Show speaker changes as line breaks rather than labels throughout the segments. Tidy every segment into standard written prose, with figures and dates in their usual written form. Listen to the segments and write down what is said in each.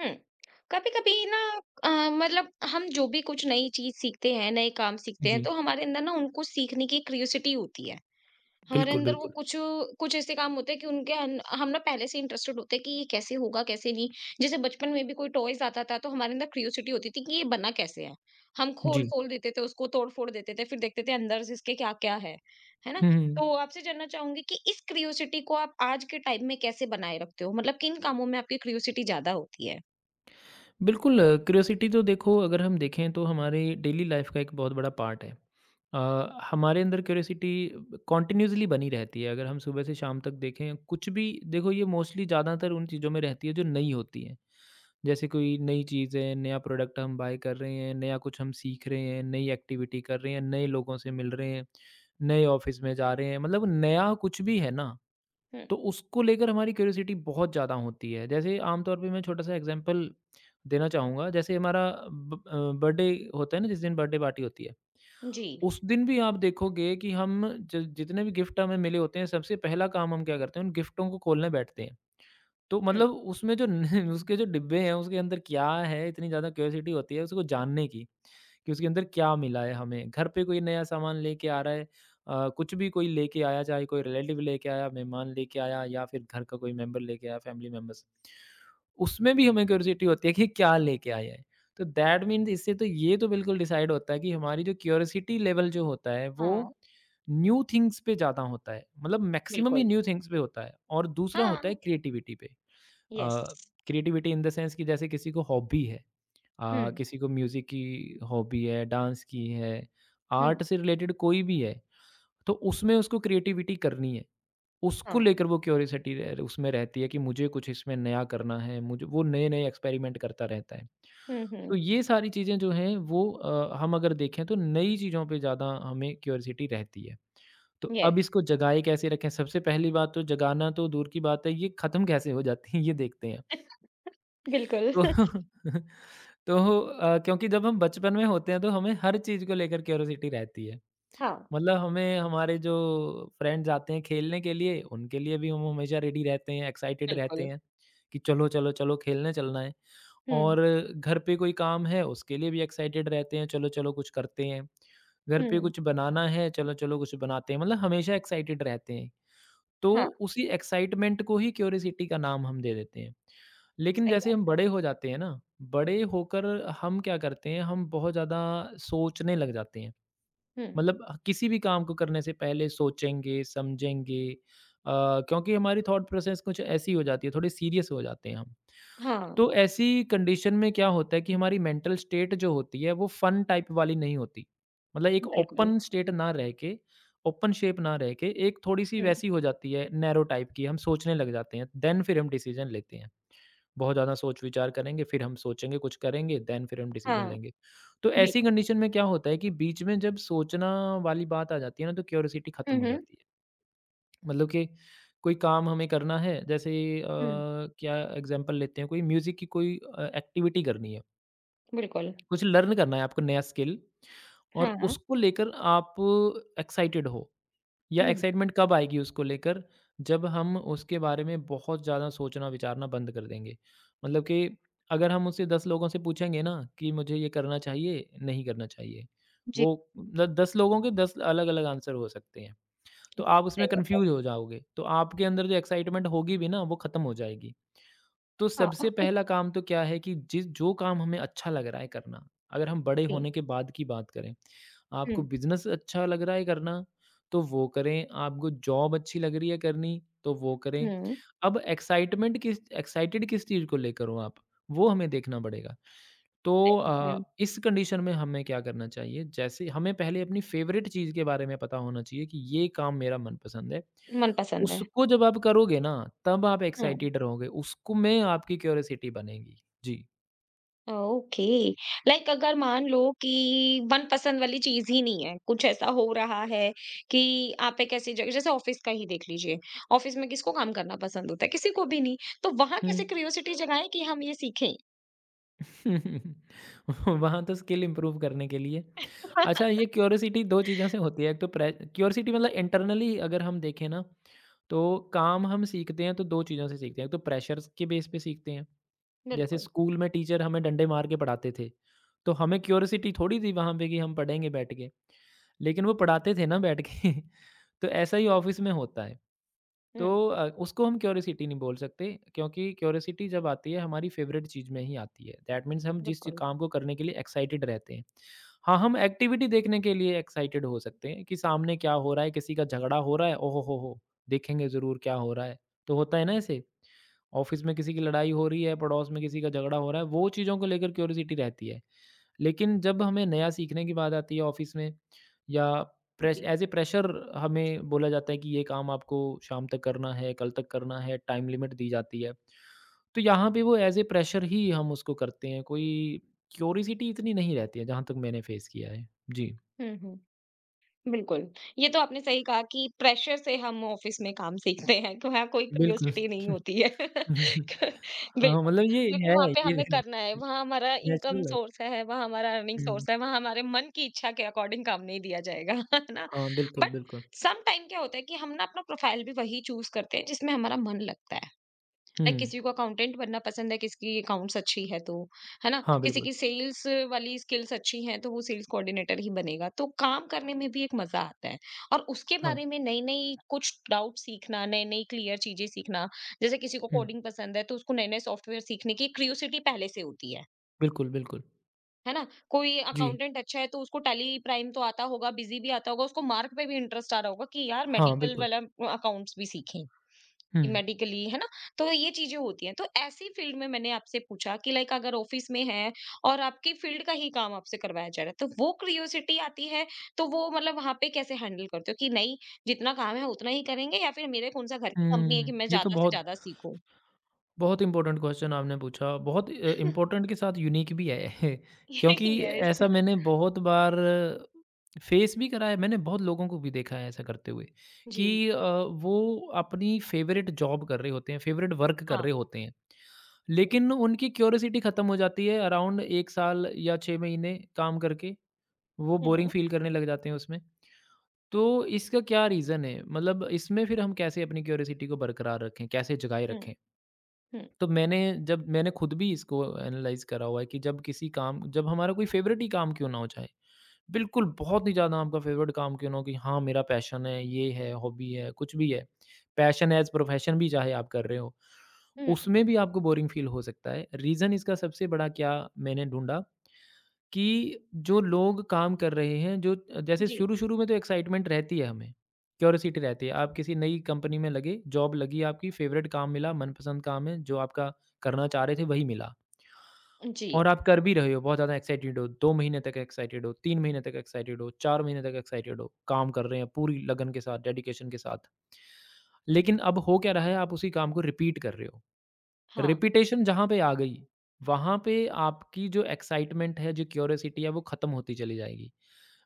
हम्म। कभी कभी ना। मतलब हम जो भी कुछ नई चीज सीखते हैं नए काम सीखते हैं
जी,
तो हमारे अंदर ना उनको सीखने की क्यूरियोसिटी होती है। हमारे
बिल्कुल,
अंदर वो
बिल्कुल।
कुछ कुछ ऐसे काम होते हैं कि उनके हम ना पहले से इंटरेस्टेड होते हैं कि ये कैसे होगा कैसे नहीं। जैसे बचपन में भी कोई टॉयज आता था तो हमारे अंदर क्यूरियोसिटी होती थी कि ये बना कैसे है। हम खोल
जी।
खोल देते थे उसको तोड़ फोड़ देते थे फिर देखते थे अंदर से इसके क्या क्या है। है ना।
हुँ, हुँ।
तो आपसे जानना चाहूंगी कि इस क्यूरियोसिटी को आप आज के टाइम में कैसे बनाए रखते हो मतलब किन कामों में आपकी क्यूरियोसिटी ज्यादा होती है।
बिल्कुल क्यूरियोसिटी तो देखो अगर हम देखें तो हमारे डेली लाइफ़ का एक बहुत बड़ा पार्ट है। हमारे अंदर क्यूरियोसिटी कंटीन्यूअसली बनी रहती है। अगर हम सुबह से शाम तक देखें कुछ भी देखो ये मोस्टली ज़्यादातर उन चीज़ों में रहती है जो नई होती हैं। जैसे कोई नई चीज़ है, नया प्रोडक्ट हम बाय कर रहे हैं, नया कुछ हम सीख रहे हैं, नई एक्टिविटी कर रहे हैं, नए लोगों से मिल रहे हैं, नए ऑफ़िस में जा रहे हैं, मतलब नया कुछ भी है ना
हुँ,
तो उसको लेकर हमारी क्यूरियोसिटी बहुत ज़्यादा होती है। जैसे आमतौर पे मैं छोटा-सा एग्ज़ाम्पल देना चाहूँगा, जैसे हमारा ब अ, बर्थडे होता है ना जिस दिन बर्थडे पार्टी होती है,
जी।
उस दिन भी आप देखोगे कि हम ज जितने भी गिफ्ट हमें मिले होते हैं सबसे पहला काम हम क्या करते हैं, उन गिफ्टों को खोलने बैठते हैं। तो
हुँ,
मतलब उसमें जो न उसके जो डिब्बे हैं, उसके अंदर क्या है? इतनी ज़्यादा क्यूरियोसिटी होती है उसको जानने की, कि उसके अंदर क्या मिला है हमें। घर पे कोई नया सामान लेके आ रहा है। कुछ भी कोई लेके आया, चाहे कोई रिलेटिव लेके आया, मेहमान लेके आया या फिर घर का कोई मेंबर लेके आया, फैमिली मेंबर्स। उसमें भी हमें क्यूरियोसिटी होती है कि क्या लेके आया है। तो दैट मीन्स इससे तो ये तो बिल्कुल डिसाइड होता है कि हमारी जो क्यूरियोसिटी लेवल जो होता है,
हाँ,
वो न्यू थिंग्स पे ज़्यादा होता है। मतलब मैक्सिमम ही
बिल्कुल।
न्यू थिंग्स पे होता है और दूसरा
हाँ,
होता है क्रिएटिविटी पे।
Yes.
Creativity in the sense कि जैसे किसी को हॉबी है,
हुँ,
किसी को म्यूज़िक की हॉबी है, डांस की है,
हुँ,
आर्ट से रिलेटेड कोई भी है, तो उसमें उसको क्रिएटिविटी करनी है। उसको
हाँ।
लेकर वो क्यूरियोसिटी रह उसमें रहती है कि मुझे कुछ इसमें नया करना है, मुझे वो नए-नए एक्सपेरिमेंट करता रहता है।
हुँ,
तो
हुँ,
ये सारी चीज़ें जो हैं वो हम अगर देखें तो नई चीज़ों पे ज़्यादा हमें क्यूरियोसिटी रहती है। तो अब
येस,
इसको जगाए कैसे रखें? सबसे पहली बात तो जगाना तो दूर की बात है, ये ख़त्म कैसे हो जाती है ये देखते हैं।
बिल्कुल।
तो क्योंकि जब हम बचपन में होते हैं तो हमें हर चीज़ को लेकर क्यूरियोसिटी रहती है।
हाँ,
मतलब हमें हमारे जो फ्रेंड्स आते हैं खेलने के लिए, उनके लिए भी हम हमेशा रेडी रहते हैं, एक्साइटेड रहते
बिल्कुल।
हैं कि चलो, चलो, चलो खेलने चलना है।
हुँ,
और घर पे कोई काम है उसके लिए भी एक्साइटेड रहते हैं, चलो, चलो कुछ करते हैं। घर पे
हुँ,
कुछ बनाना है, चलो, चलो कुछ बनाते हैं। मतलब हमेशा एक्साइटेड रहते हैं। तो
हाँ,
उसी एक्साइटमेंट को ही क्यूरियोसिटी का नाम हम दे देते हैं। लेकिन
सही
जैसे
बात
हम
है।
बड़े हो जाते हैं ना, बड़े होकर हम क्या करते हैं, हम बहुत ज़्यादा सोचने लग जाते हैं।
हुँ,
मतलब किसी भी काम को करने से पहले सोचेंगे, समझेंगे, अ, क्योंकि हमारी थॉट प्रोसेस कुछ ऐसी हो जाती है, थोड़े सीरियस हो जाते हैं हम।
हाँ,
तो ऐसी कंडीशन में क्या होता है कि हमारी मेंटल स्टेट जो होती है, वो फन टाइप वाली नहीं होती। मतलब एक
बिल्कुल।
ओपन स्टेट ना रह के, ओपन शेप ना रह के, एक थोड़ी-सी
हुँ,
वैसी हो जाती है, नैरो टाइप की, हम सोचने लग जाते हैं, देन फिर हम डिसीज़न लेते हैं। बहुत ज़्यादा सोच-विचार करेंगे, फिर हम सोचेंगे, कुछ करेंगे, देन फिर हम डिसीज़न
हाँ,
लेंगे। तो ऐसी
बिल्कुल।
कंडीशन में क्या होता है कि बीच में जब सोचना वाली बात आ जाती है ना, तो क्यूरियोसिटी
हुँ,
खत्म हो
हुँ,
जाती है। मतलब कि कोई काम हमें करना है, जैसे अ,
हुँ,
क्या एग्ज़ाम्पल लेते हैं, कोई म्यूज़िक की कोई एक्टिविटी करनी है,
बिल्कुल।
कुछ लर्न करना है आपको नया स्किल और
हाँ,
उसको लेकर आप एक्साइटेड हो। या
हुँ,
एक्साइटमेंट कब आएगी उसको लेकर जब हम उसके बारे में बहुत ज़्यादा सोचना विचारना बंद कर देंगे। मतलब कि अगर हम उससे 10 लोगों से पूछेंगे ना कि मुझे ये करना चाहिए, नहीं करना चाहिए।
जी,
वो द 10 लोगों के 10 अलग-अलग आंसर हो सकते हैं। तो आप
बिल्कुल सही
उसमें
बात है।
कन्फ्यूज़ हो जाओगे। तो आपके अंदर जो एक्साइटमेंट होगी भी ना वो ख़त्म हो जाएगी। तो
हाँ,
सबसे पहला काम तो क्या है कि जिस जो काम हमें अच्छा लग रहा है करना, अगर हम बड़े
जी।
होने के बाद की बात करें, आपको
हुँ,
बिज़नेस अच्छा लग रहा है करना, तो वो करें, आपको जॉब अच्छी लग रही है करनी, तो वो करें।
हुँ,
अब एक्साइटमेंट किस एक्साइटेड किस चीज़ को लेकर हो आप, वो हमें देखना पड़ेगा। तो
सही बात है।
इस कंडीशन में हमें क्या करना चाहिए, जैसे हमें पहले अपनी फ़ेवरेट चीज़ के बारे में पता होना चाहिए कि ये काम मेरा मनपसंद है।
मनपसंद है।
उसको जब आप करोगे ना, तब आप
हुँ।
एक्साइटेड रहोगे, उसको में आपकी क्यूरोसिटी बनेगी। जी।
ओके। लाइक अगर मान लो कि मनपसंद वाली चीज ही नहीं है कुछ ऐसा हो रहा है कि आप एक ऐसी जगह जैसे ऑफिस का ही देख लीजिए। ऑफिस में किसको काम करना पसंद होता है किसी को भी नहीं। तो वहां
हुँ।
कैसे क्यूरियोसिटी जगाएं कि हम ये सीखें।
वहाँ तो स्किल इम्प्रूव करने के लिए। अच्छा ये क्यूरोसिटी 2 चीज़ों से होती है, एक तो प्रे क्यूरोसिटी मतलब इंटरनली अगर हम देखें ना, तो काम हम सीखते हैं तो 2 चीज़ों से सीखते हैं, एक तो प्रेशर्स के बेस पे सीखते हैं। जैसे
बिल्कुल।
स्कूल में टीचर हमें डंडे मार के पढ़ाते थे, तो हमें क्यूरोसिटी थोड़ी थी वहाँ पे कि हम पढ़ेंगे बैठ के, लेकिन वो पढ़ाते थे ना बैठ के। तो ऐसा ही ऑफ़िस में होता है। तो
हम्म।
उसको हम क्यूरियोसिटी नहीं बोल सकते क्योंकि क्यूरियोसिटी जब आती है हमारी फेवरेट चीज़ में ही आती है। दैट मीन्स हम जिस चीज़-
बिल्कुल।
काम को करने के लिए एक्साइटेड रहते हैं। हाँ, हम एक्टिविटी देखने के लिए एक्साइटेड हो सकते हैं कि सामने क्या हो रहा है, किसी का झगड़ा हो रहा है, ओहो हो देखेंगे ज़रूर क्या हो रहा है। तो होता है ना ऐसे, ऑफिस में किसी की लड़ाई हो रही है, पड़ोस में किसी का झगड़ा हो रहा है, वो चीज़ों को लेकर क्यूरियोसिटी रहती है। लेकिन जब हमें नया सीखने की बात आती है ऑफिस में या प्रेश
जी।
एज ए प्रेशर हमें बोला जाता है कि ये काम आपको शाम तक करना है, कल तक करना है, टाइम लिमिट दी जाती है, तो यहाँ पे वो एज ए प्रेशर ही हम उसको करते हैं। कोई क्यूरिसिटी इतनी नहीं रहती है जहाँ तक मैंने फेस किया है। जी।
हम्म। हम्म। बिल्कुल, ये तो आपने सही कहा कि प्रेशर से हम ऑफ़िस में काम सीखते हैं, तो वहाँ कोई
बिल्कुल।
क्यूरियोसिटी नहीं होती है।
हाँ,
बिल्कुल,
मतलब ये
क्योंकि
है,
वहाँ पे
ये
हमें करना है, वहाँ हमारा इनकम
नेचुरल है।
सोर्स है, वहाँ हमारा अर्निंग
हम्म।
सोर्स है, वहाँ हमारे मन की इच्छा के अकॉर्डिंग काम नहीं दिया जाएगा, है ना?
हाँ, बिल्कुल
बट
बिल्कुल।
सम टाइम क्या होता है कि हम ना अपना प्रोफाइल भी वही चूज़ करते हैं जिसमें हमारा मन लगता है। Like
hmm.
किसी को अकाउंटेंट बनना पसंद है, किसी की अकाउंट्स अच्छी है तो, है ना?
हाँ,
किसी
बिल्कुल।
की सेल्स वाली स्किल्स अच्छी हैं, तो वो सेल्स कोऑर्डिनेटर ही बनेगा। तो काम करने में भी एक मज़ा आता है और उसके
हाँ।
बारे में नई-नई कुछ डाउट सीखना, नई-नई क्लियर चीज़ें सीखना, जैसे किसी को
हम्म।
कोडिंग पसंद है, तो उसको नए-नए सॉफ्टवेयर सीखने की क्यूरियोसिटी पहले से होती
बिल्कुल बिल्कुल।
है ना? कोई
जी।
अकाउंटेंट अच्छा है, तो उसको टैली प्राइम तो आता होगा, बिज़ी भी आता होगा, उसको मार्क पे भी इंटरेस्ट आ रहा होगा कि यार
हाँ,
मेडिकल
बिल्कुल।
वाला अकाउंट्स भी सीखें।
हम्म।
मेडिकली है ना। तो ये चीजें होती हैं तो ऐसी फील्ड में मैंने आपसे पूछा कि लाइक अगर ऑफिस में है और आपकी फील्ड का ही काम आपसे करवाया जा रहा है तो वो क्यूरियोसिटी आती है। तो वो मतलब वहां पे कैसे हैंडल करते हो कि नहीं जितना काम है उतना ही करेंगे या फिर मेरे कौन सा घर की कंपनी है कि
हुँ,
मैं
ये तो
ज्यादा से
बहुत
ज्यादा सीखूं।
बहुत इम्पोर्टेंट क्वेश्चन आपने पूछा, बहुत इम्पोर्टेंट के साथ यूनिक भी है। क्योंकि
यस।
ऐसा मैंने बहुत बार फेस भी करा है, मैंने बहुत लोगों को भी देखा है ऐसा करते हुए
जी।
कि वो अपनी फ़ेवरेट जॉब कर रहे होते हैं, फ़ेवरेट वर्क कर
हाँ।
रहे होते हैं,
हम्म।
लेकिन उनकी क्यूरियोसिटी खत्म हो जाती है अराउंड 1 साल या 6 महीने काम करके, वो बोरिंग
हम्म।
फ़ील करने लग जाते हैं उसमें। तो इसका क्या रीज़न है? मतलब इसमें फिर हम कैसे अपनी क्यूरियोसिटी को बरकरार रखें, कैसे जगाए रखें?
हम्म।
तो मैंने जब मैंने खुद भी इसको एनालाइज़ करा हुआ है कि जब किसी काम जब हमारा कोई फेवरेट ही काम क्यों ना हो चाहे, बिल्कुल बहुत ही ज़्यादा आपका फेवरेट काम क्यों ना हो कि हाँ, मेरा पैशन है, ये है, हॉबी है, कुछ भी है। पैशन एज़ प्रोफेशन भी चाहे आप कर रहे हो,
हम्म।
उसमें भी आपको बोरिंग फ़ील हो सकता है। रीज़न इसका सबसे बड़ा क्या मैंने ढूँढा कि जो लोग काम कर रहे हैं, जो जैसे
जी।
शुरू-शुरू में तो एक्साइटमेंट रहती है हमें, क्यूरियोसिटी रहती है। आप किसी नई कंपनी में लगे, जॉब लगी आपकी, फेवरेट काम मिला, मनपसंद काम है, जो आपका करना चाह रहे थे वही मिला
जी।
और आप कर भी रहे हो, बहुत ज़्यादा एक्साइटेड हो, 2 महीने तक एक्साइटेड हो, 3 महीने तक एक्साइटेड हो, 4 महीने तक एक्साइटेड हो, काम कर रहे हैं पूरी लगन के साथ, डेडिकेशन के साथ। लेकिन अब हो क्या रहा है, आप उसी काम को रिपीट कर रहे हो।
हाँ।
रिपिटेशन जहाँ पे आ गई, वहाँ पे आपकी जो एक्साइटमेंट है, जो क्यूरियोसिटी है, वो ख़त्म होती चली जाएगी।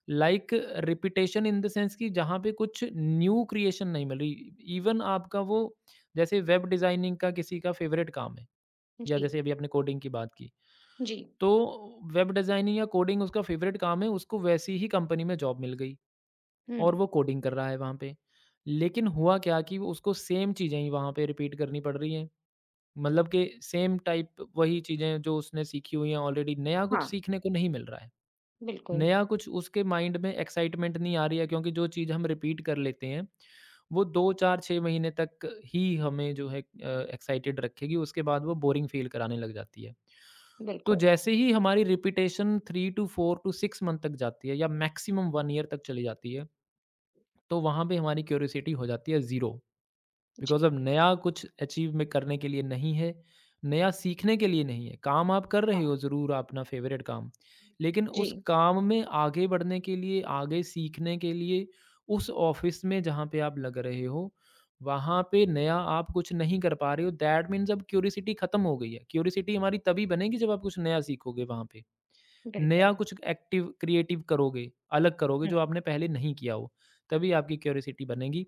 Like repetition in the sense कि जहाँ पे कुछ न्यू क्रिएशन नहीं मिल रही। इवन आपका वो जैसे वेब डिज़ाइनिंग का किसी का फ़ेवरेट काम है या
जी।
जैसे अभी आपने कोडिंग की बात की,
जी।
तो वेब डिज़ाइनिंग या कोडिंग उसका फ़ेवरेट काम है, उसको वैसी ही कंपनी में जॉब मिल गई और
हम्म।
वो कोडिंग कर रहा है वहाँ पे। लेकिन हुआ क्या कि वो उसको सेम चीज़ें ही वहाँ पे रिपीट करनी पड़ रही हैं। मतलब कि सेम टाइप वही चीज़ें जो उसने सीखी हुई हैं ऑलरेडी, नया कुछ
हाँ
सीखने को नहीं मिल रहा है।
बिल्कुल
नया कुछ उसके माइंड में एक्साइटमेंट नहीं आ रही है क्योंकि जो चीज़ हम रिपीट कर लेते हैं, वो 2, 4, 6 महीने तक ही हमें जो है एक्साइटेड रखेगी, उसके बाद वो बोरिंग फ़ील कराने लग जाती है। तो
बिल्कुल।
जैसे ही हमारी रिपिटेशन 3 टू 4 टू 6 मंथ तक जाती है या मैक्सिमम 1 ईयर तक चली जाती है, तो वहाँ पे हमारी क्यूरियोसिटी हो जाती है ज़ीरो।
जी।
बिकॉज़ अब नया कुछ अचीव में करने के लिए नहीं है, नया सीखने के लिए नहीं है। काम आप कर रहे
हाँ।
हो ज़रूर अपना फ़ेवरेट काम, लेकिन
जी।
उस काम में आगे बढ़ने के लिए, आगे सीखने के लिए उस ऑफ़िस में जहाँ पे आप लग रहे हो, वहाँ पे नया आप कुछ नहीं कर पा रहे हो दैट मीन्स अब क्यूरियोसिटी ख़त्म हो गई है। क्यूरियोसिटी हमारी तभी बनेगी जब आप कुछ नया सीखोगे वहाँ पे। नया
बिल्कुल।
कुछ एक्टिव क्रिएटिव करोगे, अलग करोगे
हुँ,
जो आपने पहले नहीं किया हो, तभी आपकी क्यूरियोसिटी बनेगी।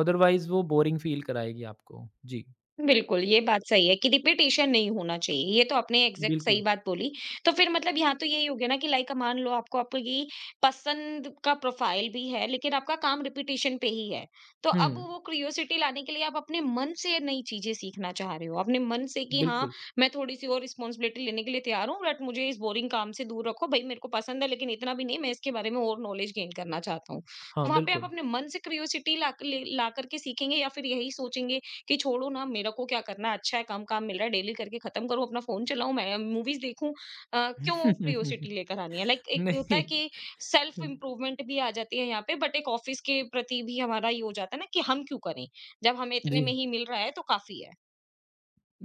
अदरवाइज़ वो बोरिंग फ़ील कराएगी आपको। जी,
बिल्कुल, ये बात सही है कि रिपीटिशन नहीं होना चाहिए। ये तो आपने एग्ज़ैक्ट सही
बिल्कुल।
बात बोली। तो फिर मतलब यहाँ तो यही हो गया ना कि लाइक मान लो आपको आपकी पसंद का प्रोफ़ाइल भी है, लेकिन आपका काम रिपीटिशन पे ही है। तो अब
हुँ,
वो क्यूरियोसिटी लाने के लिए आप अपने मन से नई चीज़ें सीखना चाह रहे हो। अपने मन से कि हाँ,
बिल्कुल।
मैं थोड़ी-सी और रिस्पॉन्सिबिलिटी लेने के लिए तैयार हूँ, बट मुझे इस बोरिंग काम से दूर रखो। भई, मेरे को पसंद है, लेकिन इतना भी नहीं, मैं इसके बारे में और नॉलेज गेन करना चाहता हूँ।
हाँ,
तो वहाँ पे आप
बिल्कुल।
अपने मन से क्यूरियोसिटी ला कर के सीखेंगे या फिर यही सोचेंगे कि छोड़ो ना मेरे को क्या करना है, अच्छा है कम काम मिल रहा है डेली करके खत्म करूँ अपना फोन चलाऊँ मैं मूवीज देखूँ। क्यों क्यूरियोसिटी लेकर आनी है लाइक एक होता है
नहीं।
कि सेल्फ इम्प्रूवमेंट भी आ जाती है यहाँ पे बट एक ऑफिस के प्रति भी हमारा ये हो जाता है ना कि हम क्यों करें जब हमें इतने
जी,
में ही मिल रहा है तो काफी है।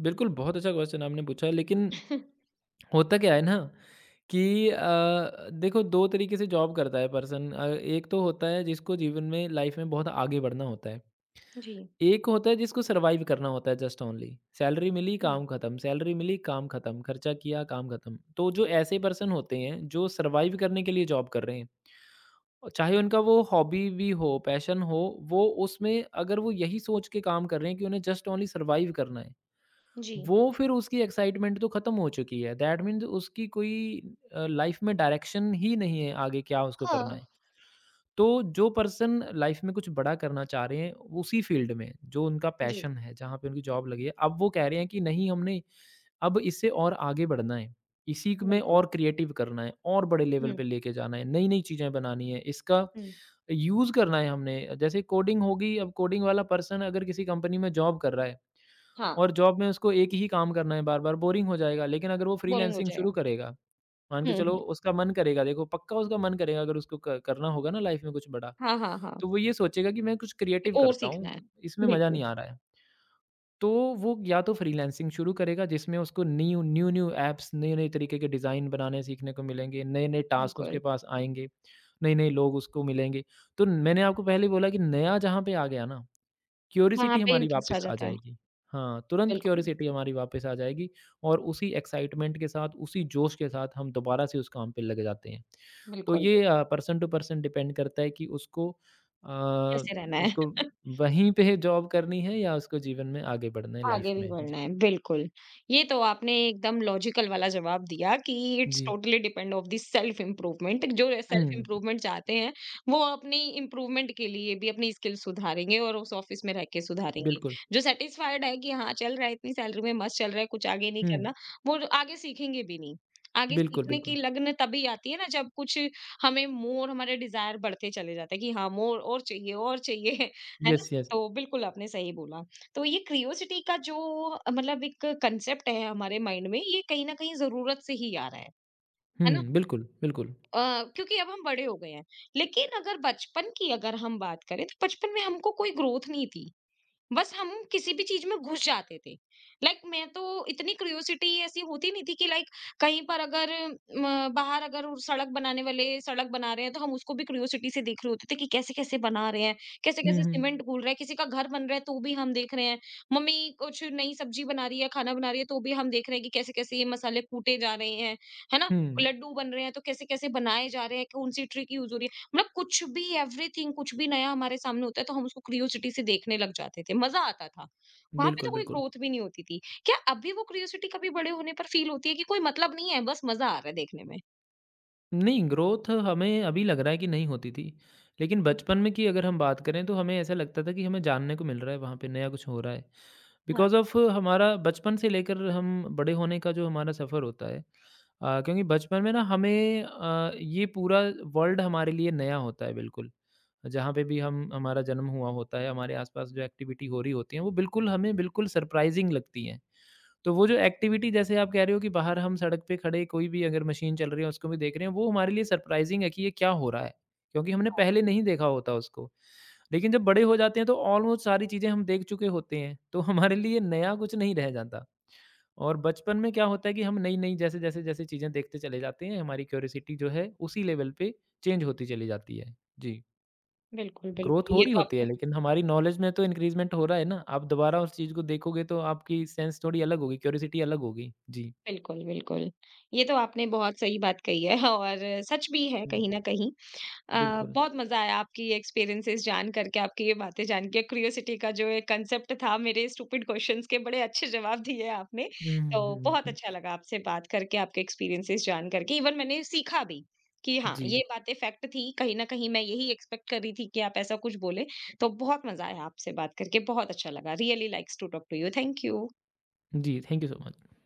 बिल्कुल बहुत अच्छा क्वेश्चन आपने पूछा, लेकिन होता क्या है ना कि देखो 2 तरीके से जॉब करता है पर्सन, एक तो होता है जिसको जीवन में लाइफ़ में बहुत आगे बढ़ना होता है।
जी।
एक होता है जिसको सर्वाइव करना होता है जस्ट ओनली, सैलरी मिली
हम्म,
काम खत्म, सैलरी मिली काम खत्म, खर्चा किया काम खत्म। तो जो ऐसे पर्सन होते हैं जो सर्वाइव करने के लिए जॉब कर रहे हैं और चाहे उनका वो हॉबी भी हो, पैशन हो, वो उसमें अगर वो यही सोच के काम कर रहे हैं कि उन्हें जस्ट ओनली सर्वाइव करना है,
जी।
वो फिर उसकी एक्साइटमेंट तो खत्म हो चुकी है। दैट मीन्स उसकी कोई लाइफ में डायरेक्शन ही नहीं है, आगे क्या उसको करना
हाँ।
है। तो जो पर्सन लाइफ में कुछ बड़ा करना चाह रहे हैं, उसी फील्ड में जो उनका
जी।
पैशन है, जहाँ पे उनकी जॉब लगी है, अब वो कह रहे हैं कि नहीं, हमने अब इससे और आगे बढ़ना है, इसी क में
बिल्कुल।
और क्रिएटिव करना है, और बड़े लेवल
हम्म।
पे लेके जाना है, नई-नई चीज़ें बनानी है, इसका
हम्म।
यूज़ करना है हमने। जैसे कोडिंग होगी, अब कोडिंग वाला पर्सन अगर किसी कंपनी में जॉब कर रहा है
हाँ।
और जॉब में उसको एक ही काम करना है बार-बार, बोरिंग हो जाएगा। लेकिन अगर वो
बोरिंग हो
फ्रीलांसिंग शुरू
जाएगा।
करेगा, मान के
हम्म।
चलो
हम्म।
उसका मन करेगा, देखो पक्का उसका मन करेगा अगर उसको क करना होगा ना लाइफ में कुछ बड़ा,
हाँ हाँ हाँ।
तो वो ये सोचेगा कि मैं कुछ क्रिएटिव
और
करता
सीखना
हूँ,
है।
इसमें मज़ा
बिल्कुल।
नहीं आ रहा है। तो वो या तो फ्रीलांसिंग शुरू करेगा जिसमें उसको न्यू-न्यू ऐप्स, नए-नए तरीके के डिज़ाइन बनाने सीखने को मिलेंगे, नए-नए टास्क उसके
बिल्कुल।
पास आएँगे, नए-नए लोग उसको मिलेंगे। तो मैंने आपको पहले बोला कि नया जहाँ पे आ गया ना,
वहां
क्यूरिसिटी
पे
हमारी
इंटरेस्ट आ
वापस आ
जाता है।
जाएगी। हाँ, तुरंत
बिल्कुल।
क्यूरिसिटी हमारी वापस आ जाएगी और उसी एक्साइटमेंट के साथ, उसी जोश के साथ हम दोबारा से उस काम पे लग जाते हैं। तो
बिल्कुल।
ये पर्सन टू पर्सन डिपेंड करता है कि उसको अ,
कैसे रहना है।
उसको वहीं पे जॉब करनी है या उसको जीवन में आगे बढ़ना है लाइफ़
आगे भी
में।
बढ़ना
जी।
है बिल्कुल। ये तो आपने एकदम लॉजिकल वाला जवाब दिया कि इट्स
जी।
Totally depend of the self improvement. जो सेल्फ
हुँ,
इम्प्रूवमेंट चाहते हैं वो अपनी इम्प्रूवमेंट के लिए भी अपनी स्किल सुधारेंगे और उस ऑफिस में रह के सुधारेंगे।
बिल्कुल।
जो सेटिस्फाइड है कि हाँ चल रहा है इतनी सैलरी में मस्त चल रहा है कुछ आगे नहीं
हुँ,
करना वो आगे सीखेंगे भी नहीं। आगे
बिल्कुल,
सीखने की
बिल्कुल।
लगन तभी आती है ना जब कुछ हमें मोर हमारे डिजायर बढ़ते चले जाते हैं कि हाँ मोर और चाहिए और चाहिए। है ना?
Yes, yes.
तो बिल्कुल आपने सही बोला। तो ये क्रियोसिटी का जो मतलब एक कंसेप्ट है हमारे माइंड में ये कहीं ना कहीं जरूरत से ही आ रहा है। है ना।
हुँ, बिल्कुल, बिल्कुल।
क्योंकि अब हम बड़े हो गए हैं लेकिन अगर बचपन की अगर हम बात करें तो बचपन में हमको कोई ग्रोथ नहीं थी। बस हम किसी भी चीज में घुस जाते थे। लाइक मैं तो इतनी क्यूरियोसिटी ऐसी होती नहीं थी कि लाइक कहीं पर अगर बाहर अगर वो सड़क बनाने वाले सड़क बना रहे हैं तो हम उसको भी क्यूरियोसिटी से देख रहे होते थे कि कैसे कैसे बना रहे हैं कैसे
हुँ,
कैसे
हुँ।
सीमेंट घोल रहा है किसी का घर बन रहा है तो भी हम देख रहे हैं। मम्मी कुछ नई सब्जी बना रही है खाना बना रही है तो भी हम देख रहे हैं कि कैसे कैसे ये मसाले कूटे जा रहे हैं। है ना।
हुँ,
लड्डू बन रहे हैं तो कैसे कैसे बनाए जा रहे हैं कौन सी ट्रिक यूज हो रही है। मतलब कुछ भी एवरीथिंग कुछ भी नया हमारे सामने होता है तो हम उसको क्यूरियोसिटी से देखने लग जाते थे मजा आता था। वहां पे
बिल्कुल,
तो कोई
बिल्कुल।
ग्रोथ भी नहीं होती थी। क्या अभी वो क्यूरियोसिटी कभी बड़े होने पर फील होती है कि कोई मतलब नहीं है बस मजा आ रहा है देखने में।
नहीं, ग्रोथ हमें अभी लग रहा है कि नहीं होती थी। लेकिन बचपन में की अगर हम बात करें तो हमें ऐसा लगता था कि हमें जानने को मिल रहा है, वहाँ पे नया कुछ हो रहा है।
हाँ
बिकॉज़ ऑफ़ हमारा बचपन से लेकर हम बड़े होने का जो हमारा सफ़र होता है, क्योंकि बचपन में ना हमें ये पूरा वर्ल्ड हमारे लिए नया होता है बिल्कुल। जहाँ पे भी हम हमारा जन्म हुआ होता है, हमारे आस-पास जो एक्टिविटी हो रही होती है, वो बिल्कुल हमें बिल्कुल सरप्राइज़िंग लगती हैं। तो वो जो एक्टिविटी जैसे आप कह रहे हो कि बाहर हम सड़क पे खड़े कोई भी अगर मशीन चल रही है उसको भी देख रहे हैं, वो हमारे लिए सरप्राइज़िंग है कि ये क्या हो रहा है? क्योंकि हमने पहले नहीं देखा होता उसको। लेकिन जब बड़े हो जाते हैं तो ऑलमोस्ट सारी चीज़ें हम देख चुके होते हैं, तो हमारे लिए नया कुछ नहीं रह जाता। और बचपन में क्या होता है कि हम नई-नई जैसे-जैसे जैसे जैसे जैसे चीज़ें देखते चले जाते हैं, हमारी क्यूरियोसिटी जो है उसी लेवल पे चेंज होती चली जाती है। जी।
बिल्कुल
ग्रोथ
बिल्कुल।
हो रही होती है, लेकिन हमारी नॉलेज में तो इंक्रीज़मेंट हो रहा है ना। आप दोबारा उस चीज़ को देखोगे तो आपकी सेंस थोड़ी अलग होगी, क्यूरियोसिटी अलग होगी। जी।
बिल्कुल बिल्कुल ये तो आपने बहुत सही बात कही है। और सच भी है
हुँ,
कहीं ना कहीं।
बिल्कुल।
बहुत मज़ा आया आपकी ये एक्सपीरियंसेस जान करके, आपकी ये बातें जान के, क्यूरियोसिटी का जो एक कंसेप्ट था मेरे स्टूपिड क्वेश्चन्स के बड़े अच्छे जवाब दिए आपने।
हुँ,
तो
हुँ, हुँ, हुँ,
बहुत
हुँ।
अच्छा लगा आपसे बात करके, आपके एक्सपीरियंसेस जान करके, इवन मैंने सीखा भी कि हाँ,
जी।
ये बातें फैक्ट थी, कहीं न कहीं मैं यही एक्सपेक्ट कर रही थी कि आप ऐसा कुछ बोले। तो बहुत मज़ा आया आपसे बात करके, बहुत अच्छा लगा। Really likes to talk to you. Thank you.
जी, थैंक यू सो मच।